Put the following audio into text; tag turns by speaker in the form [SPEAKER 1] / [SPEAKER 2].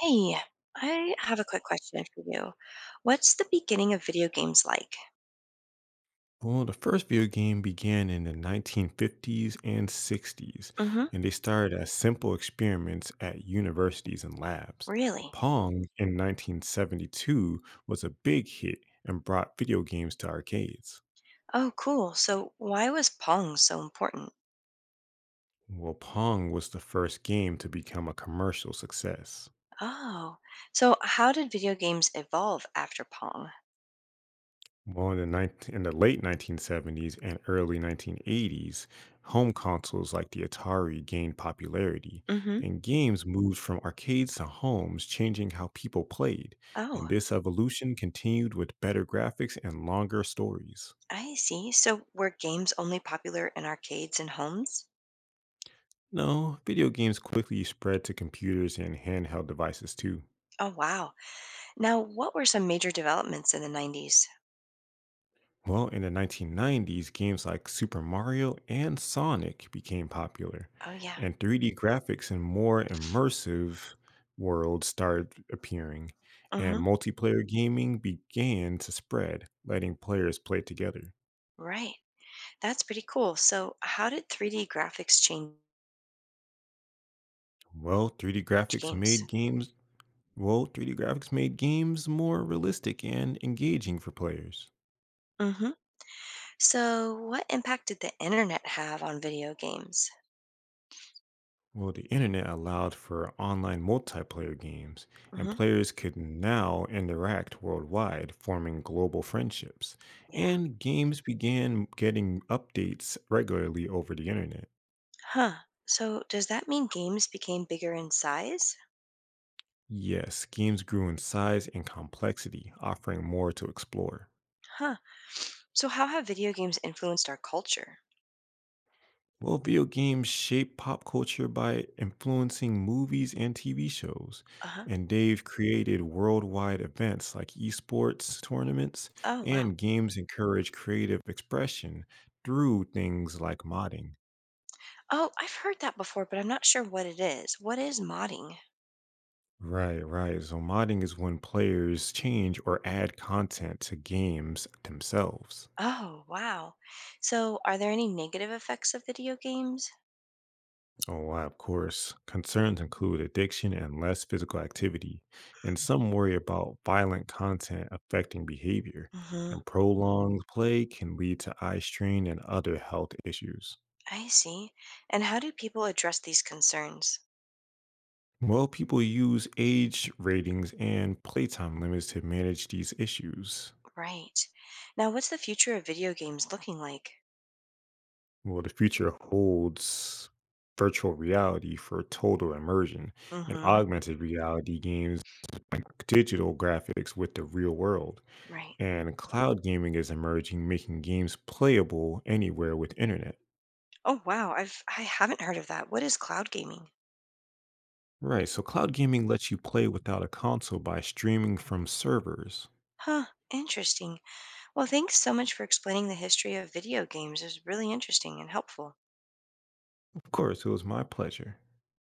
[SPEAKER 1] Hey, I have a quick question for you. What's the beginning of video games like?
[SPEAKER 2] Well, the first video game began in the 1950s and 60s,
[SPEAKER 1] Mm-hmm.
[SPEAKER 2] and they started as simple experiments at universities and labs.
[SPEAKER 1] Really?
[SPEAKER 2] Pong in 1972 was a big hit and brought video games to arcades.
[SPEAKER 1] Oh, cool. So why was Pong so important?
[SPEAKER 2] Well, Pong was the first game to become a commercial success.
[SPEAKER 1] Oh, so how did video games evolve after Pong?
[SPEAKER 2] Well, in the late 1970s and early 1980s, home consoles like the Atari gained popularity,
[SPEAKER 1] Mm-hmm.
[SPEAKER 2] and games moved from arcades to homes, changing how people played.
[SPEAKER 1] Oh,
[SPEAKER 2] And this evolution continued with better graphics and longer stories.
[SPEAKER 1] I see. So were games only popular in arcades and homes?
[SPEAKER 2] No, video games quickly spread to computers and handheld devices too.
[SPEAKER 1] Oh, wow. Now, what were some major developments in the 90s?
[SPEAKER 2] Well, in the 1990s, games like Super Mario and Sonic became popular,
[SPEAKER 1] Oh, yeah.
[SPEAKER 2] and 3D graphics and more immersive worlds started appearing, and
[SPEAKER 1] Mm-hmm.
[SPEAKER 2] multiplayer gaming began to spread, letting players play together.
[SPEAKER 1] Right. That's pretty cool. So how did 3D graphics change
[SPEAKER 2] Well, 3D graphics
[SPEAKER 1] games?
[SPEAKER 2] made games well, 3D graphics made games more realistic and engaging for players.
[SPEAKER 1] So, what impact did the internet have on video games?
[SPEAKER 2] Well, the internet allowed for online multiplayer games, and
[SPEAKER 1] Hmm.
[SPEAKER 2] players could now interact worldwide, forming global friendships.
[SPEAKER 1] Yeah.
[SPEAKER 2] And games began getting updates regularly over the internet.
[SPEAKER 1] Huh. So, does that mean games became bigger in size?
[SPEAKER 2] Yes, games grew in size and complexity, offering more to explore.
[SPEAKER 1] Huh. So, how have video games influenced our culture?
[SPEAKER 2] Well, video games shape pop culture by influencing movies and TV shows,
[SPEAKER 1] Uh huh.
[SPEAKER 2] and they've created worldwide events like esports tournaments,
[SPEAKER 1] Oh, wow.
[SPEAKER 2] and games encourage creative expression through things like modding.
[SPEAKER 1] Oh, I've heard that before, but I'm not sure what it is. What is modding?
[SPEAKER 2] Right, right. So, modding is when players change or add content to games themselves.
[SPEAKER 1] Oh, wow. So, are there any negative effects of video games?
[SPEAKER 2] Oh, why, of course. Concerns include addiction and less physical activity, and some worry about violent content affecting behavior.
[SPEAKER 1] Mm-hmm.
[SPEAKER 2] And prolonged play can lead to eye strain and other health issues.
[SPEAKER 1] I see. And how do people address these concerns?
[SPEAKER 2] Well, people use age ratings and playtime limits to manage these issues.
[SPEAKER 1] Right. Now, what's the future of video games looking like?
[SPEAKER 2] Well, the future holds virtual reality for total immersion and
[SPEAKER 1] Mm-hmm.
[SPEAKER 2] augmented reality games like digital graphics with the real world.
[SPEAKER 1] Right.
[SPEAKER 2] And cloud gaming is emerging, making games playable anywhere with internet.
[SPEAKER 1] Oh, wow. I haven't heard of that. What is cloud gaming?
[SPEAKER 2] Right, so cloud gaming lets you play without a console by streaming from servers.
[SPEAKER 1] Huh, interesting. Well, thanks so much for explaining the history of video games. It was really interesting and helpful.
[SPEAKER 2] Of course, it was my pleasure.